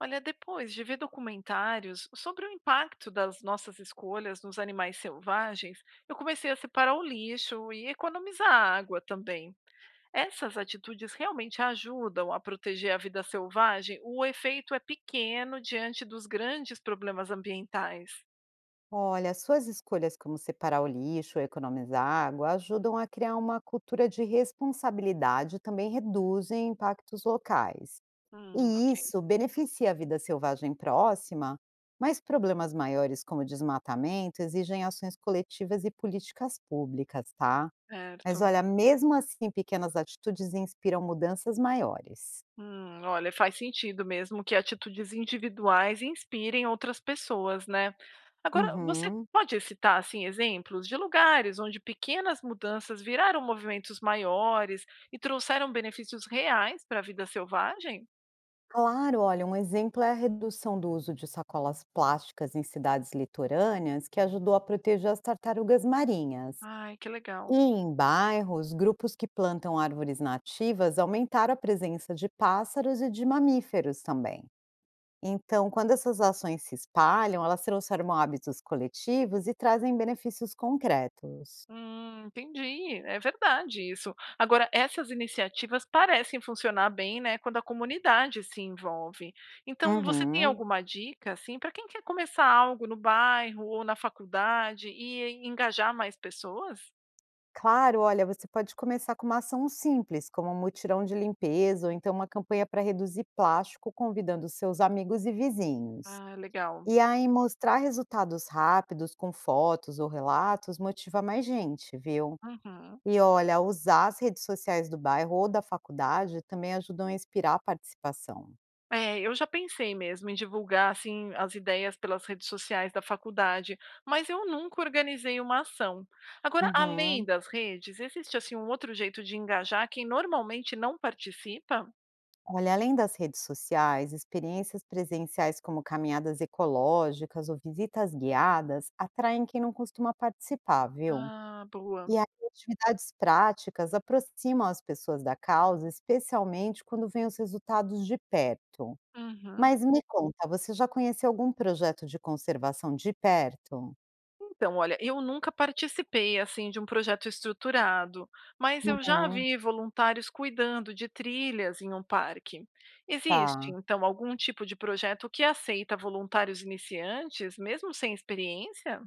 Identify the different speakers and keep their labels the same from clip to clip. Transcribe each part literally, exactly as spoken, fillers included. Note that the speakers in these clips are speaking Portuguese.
Speaker 1: Olha, depois de ver documentários sobre o impacto das nossas escolhas nos animais selvagens, eu comecei a separar o lixo e economizar água também. Essas atitudes realmente ajudam a proteger a vida selvagem? O efeito é pequeno diante dos grandes problemas ambientais.
Speaker 2: Olha, suas escolhas como separar o lixo ou economizar água ajudam a criar uma cultura de responsabilidade e também reduzem impactos locais.
Speaker 1: Hum,
Speaker 2: E
Speaker 1: ok,
Speaker 2: isso beneficia a vida selvagem próxima, mas problemas maiores como o desmatamento exigem ações coletivas e políticas públicas, tá? Mas
Speaker 1: certo.
Speaker 2: olha, mesmo assim, pequenas atitudes inspiram mudanças maiores.
Speaker 1: Hum, olha, faz sentido mesmo que atitudes individuais inspirem outras pessoas, né? Agora, você
Speaker 2: Uhum.
Speaker 1: pode citar assim exemplos de lugares onde pequenas mudanças viraram movimentos maiores e trouxeram benefícios reais para a vida selvagem?
Speaker 2: Claro, olha, um exemplo é a redução do uso de sacolas plásticas em cidades litorâneas, que ajudou a proteger as tartarugas marinhas.
Speaker 1: Ai, que legal.
Speaker 2: E em bairros, grupos que plantam árvores nativas aumentaram a presença de pássaros e de mamíferos também. Então, quando essas ações se espalham, elas transformam hábitos coletivos e trazem benefícios concretos.
Speaker 1: Hum, entendi. É verdade isso. Agora, essas iniciativas parecem funcionar bem, né, quando a comunidade se envolve. Então, você tem
Speaker 2: Uhum.
Speaker 1: alguma dica, assim, para quem quer começar algo no bairro ou na faculdade e engajar mais pessoas?
Speaker 2: Claro, olha, você pode começar com uma ação simples, como um mutirão de limpeza ou então uma campanha para reduzir plástico, convidando seus amigos e vizinhos.
Speaker 1: Ah, legal.
Speaker 2: E aí mostrar resultados rápidos com fotos ou relatos motiva mais gente, viu?
Speaker 1: Uhum.
Speaker 2: E olha, usar as redes sociais do bairro ou da faculdade também ajudam a inspirar a participação.
Speaker 1: É, eu já pensei mesmo em divulgar, assim, as ideias pelas redes sociais da faculdade, mas eu nunca organizei uma ação. Agora, além
Speaker 2: Uhum.
Speaker 1: das redes, existe, assim, um outro jeito de engajar quem normalmente não participa?
Speaker 2: Olha, além das redes sociais, experiências presenciais como caminhadas ecológicas ou visitas guiadas atraem quem não costuma participar, viu?
Speaker 1: Ah, boa.
Speaker 2: E aí, atividades práticas aproximam as pessoas da causa, especialmente quando veem os resultados de perto.
Speaker 1: Uhum.
Speaker 2: Mas me conta, você já conheceu algum projeto de conservação de perto?
Speaker 1: Então, olha, eu nunca participei assim de um projeto estruturado, mas eu já
Speaker 2: Uhum,
Speaker 1: vi voluntários cuidando de trilhas em um parque. Existe,
Speaker 2: tá.
Speaker 1: então, algum tipo de projeto que aceita voluntários iniciantes, mesmo sem experiência?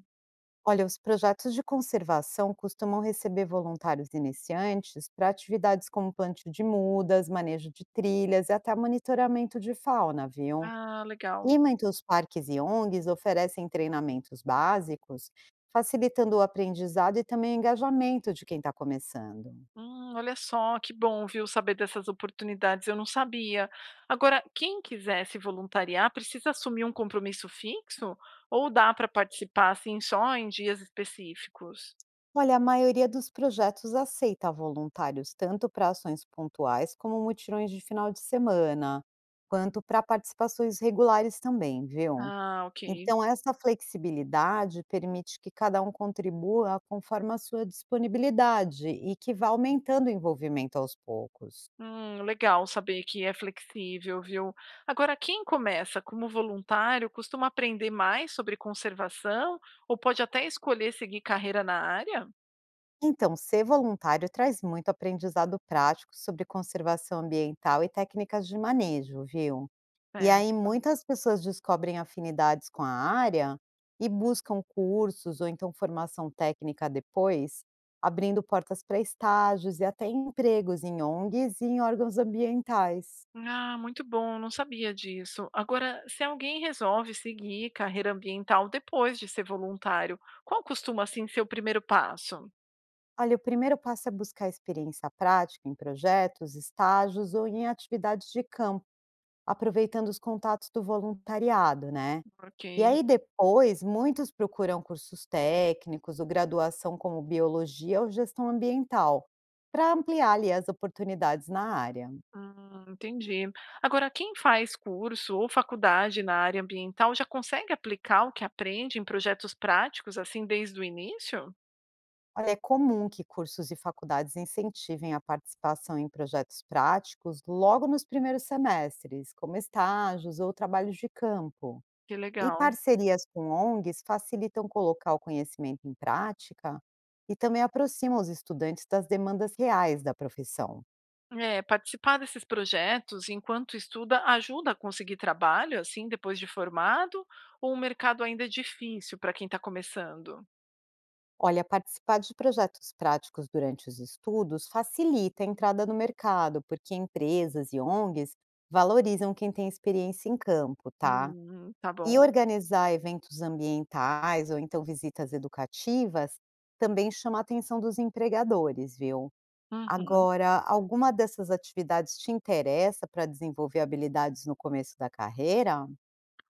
Speaker 2: Olha, os projetos de conservação costumam receber voluntários iniciantes para atividades como plantio de mudas, manejo de trilhas e até monitoramento de fauna, viu?
Speaker 1: Ah, legal.
Speaker 2: E muitos parques e ONGs oferecem treinamentos básicos, facilitando o aprendizado e também o engajamento de quem está começando.
Speaker 1: Hum, olha só, que bom, viu, saber dessas oportunidades, eu não sabia. Agora, quem quiser se voluntariar precisa assumir um compromisso fixo ou dá para participar assim só em dias específicos?
Speaker 2: Olha, a maioria dos projetos aceita voluntários tanto para ações pontuais como mutirões de final de semana, quanto para participações regulares também, viu?
Speaker 1: Ah, ok.
Speaker 2: Então essa flexibilidade permite que cada um contribua conforme a sua disponibilidade e que vá aumentando o envolvimento aos poucos.
Speaker 1: Hum, legal saber que é flexível, viu? Agora, quem começa como voluntário costuma aprender mais sobre conservação ou pode até escolher seguir carreira na área?
Speaker 2: Então, ser voluntário traz muito aprendizado prático sobre conservação ambiental e técnicas de manejo, viu? E
Speaker 1: É,
Speaker 2: aí muitas pessoas descobrem afinidades com a área e buscam cursos ou então formação técnica depois, abrindo portas para estágios e até empregos em ONGs e em órgãos ambientais.
Speaker 1: ah, muito bom, não sabia disso. Agora, se alguém resolve seguir carreira ambiental depois de ser voluntário, qual costuma assim ser o primeiro passo?
Speaker 2: Olha, o primeiro passo é buscar experiência prática em projetos, estágios ou em atividades de campo, aproveitando os contatos do voluntariado, né? E
Speaker 1: Ok.
Speaker 2: aí depois, muitos procuram cursos técnicos ou graduação como biologia ou gestão ambiental, para ampliar ali as oportunidades na área.
Speaker 1: Hum, entendi. Agora, quem faz curso ou faculdade na área ambiental já consegue aplicar o que aprende em projetos práticos assim desde o início?
Speaker 2: Olha, é comum que cursos e faculdades incentivem a participação em projetos práticos logo nos primeiros semestres, como estágios ou trabalhos de campo.
Speaker 1: Que
Speaker 2: E
Speaker 1: legal.
Speaker 2: parcerias com ONGs facilitam colocar o conhecimento em prática e também aproximam os estudantes das demandas reais da profissão.
Speaker 1: É, participar desses projetos enquanto estuda ajuda a conseguir trabalho assim depois de formado, ou o mercado ainda é difícil para quem está começando?
Speaker 2: Olha, participar de projetos práticos durante os estudos facilita a entrada no mercado, porque empresas e ONGs valorizam quem tem experiência em campo, tá?
Speaker 1: Hum, tá
Speaker 2: E
Speaker 1: bom.
Speaker 2: organizar eventos ambientais ou então visitas educativas também chama a atenção dos empregadores, viu?
Speaker 1: Uhum.
Speaker 2: Agora, alguma dessas atividades te interessa para desenvolver habilidades no começo da carreira?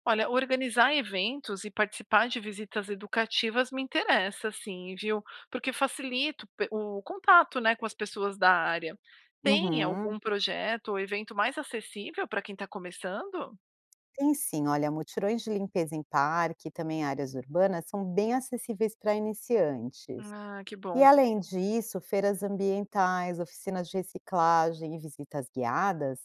Speaker 1: Olha, organizar eventos e participar de visitas educativas me interessa, sim, viu? Porque facilita o pe- o contato, né, com as pessoas da área. Tem
Speaker 2: Uhum.
Speaker 1: algum projeto ou evento mais acessível para quem está começando?
Speaker 2: Tem sim, olha, mutirões de limpeza em parque e também áreas urbanas são bem acessíveis para iniciantes.
Speaker 1: Ah, que
Speaker 2: E
Speaker 1: bom.
Speaker 2: além disso, feiras ambientais, oficinas de reciclagem e visitas guiadas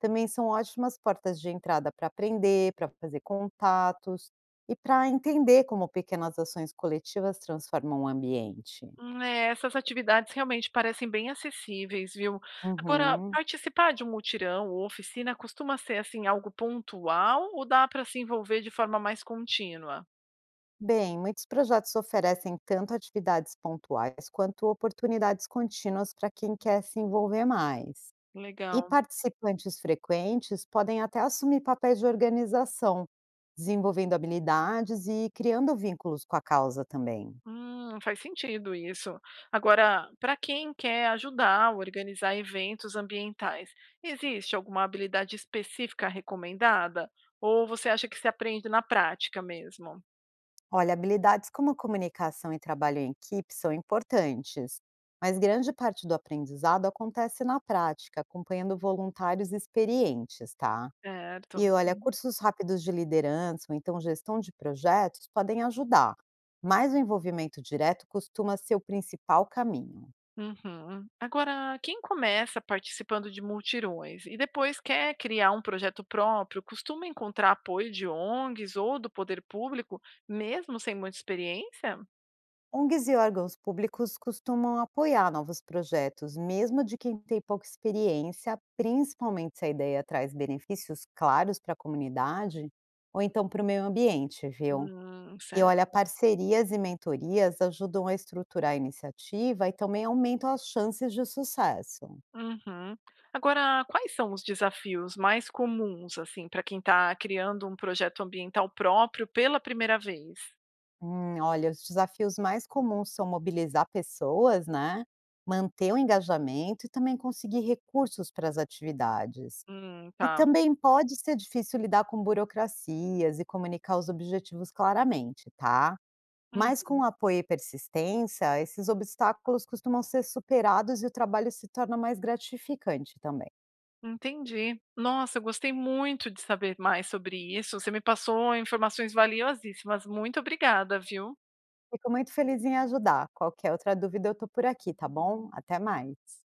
Speaker 2: também são ótimas portas de entrada para aprender, para fazer contatos e para entender como pequenas ações coletivas transformam o ambiente.
Speaker 1: Hum, é, essas atividades realmente parecem bem acessíveis, viu? Agora,
Speaker 2: Uhum.
Speaker 1: participar de um mutirão ou oficina costuma ser assim algo pontual ou dá para se envolver de forma mais contínua?
Speaker 2: Bem, muitos projetos oferecem tanto atividades pontuais quanto oportunidades contínuas para quem quer se envolver mais. E
Speaker 1: Legal.
Speaker 2: participantes frequentes podem até assumir papéis de organização, desenvolvendo habilidades e criando vínculos com a causa também.
Speaker 1: Hum, faz sentido isso. Agora, para quem quer ajudar a organizar eventos ambientais, existe alguma habilidade específica recomendada? Ou você acha que se aprende na prática mesmo?
Speaker 2: Olha, habilidades como comunicação e trabalho em equipe são importantes, mas grande parte do aprendizado acontece na prática, acompanhando voluntários experientes, tá? E
Speaker 1: Certo.
Speaker 2: olha,
Speaker 1: Uhum.
Speaker 2: cursos rápidos de liderança ou então gestão de projetos podem ajudar, mas o envolvimento direto costuma ser o principal caminho.
Speaker 1: Uhum. Agora, quem começa participando de multirões e depois quer criar um projeto próprio, costuma encontrar apoio de ONGs ou do poder público, mesmo sem muita experiência?
Speaker 2: ONGs e órgãos públicos costumam apoiar novos projetos, mesmo de quem tem pouca experiência, principalmente se a ideia traz benefícios claros para a comunidade ou então para o meio ambiente, viu?
Speaker 1: Hum,
Speaker 2: E olha,
Speaker 1: certo.
Speaker 2: parcerias e mentorias ajudam a estruturar a iniciativa e também aumentam as chances de sucesso.
Speaker 1: Uhum. Agora, quais são os desafios mais comuns, assim, para quem está criando um projeto ambiental próprio pela primeira vez?
Speaker 2: Hum, olha, os desafios mais comuns são mobilizar pessoas, né? Manter o engajamento e também conseguir recursos para as atividades.
Speaker 1: Hum,
Speaker 2: E
Speaker 1: tá.
Speaker 2: também pode ser difícil lidar com burocracias e comunicar os objetivos claramente, tá?
Speaker 1: Hum,
Speaker 2: Mas com apoio e persistência, esses obstáculos costumam ser superados e o trabalho se torna mais gratificante também.
Speaker 1: entendi. Nossa, eu gostei muito de saber mais sobre isso. Você me passou informações valiosíssimas. Muito obrigada, viu?
Speaker 2: Fico muito feliz em ajudar. Qualquer outra dúvida, eu tô por aqui, tá bom? Até mais.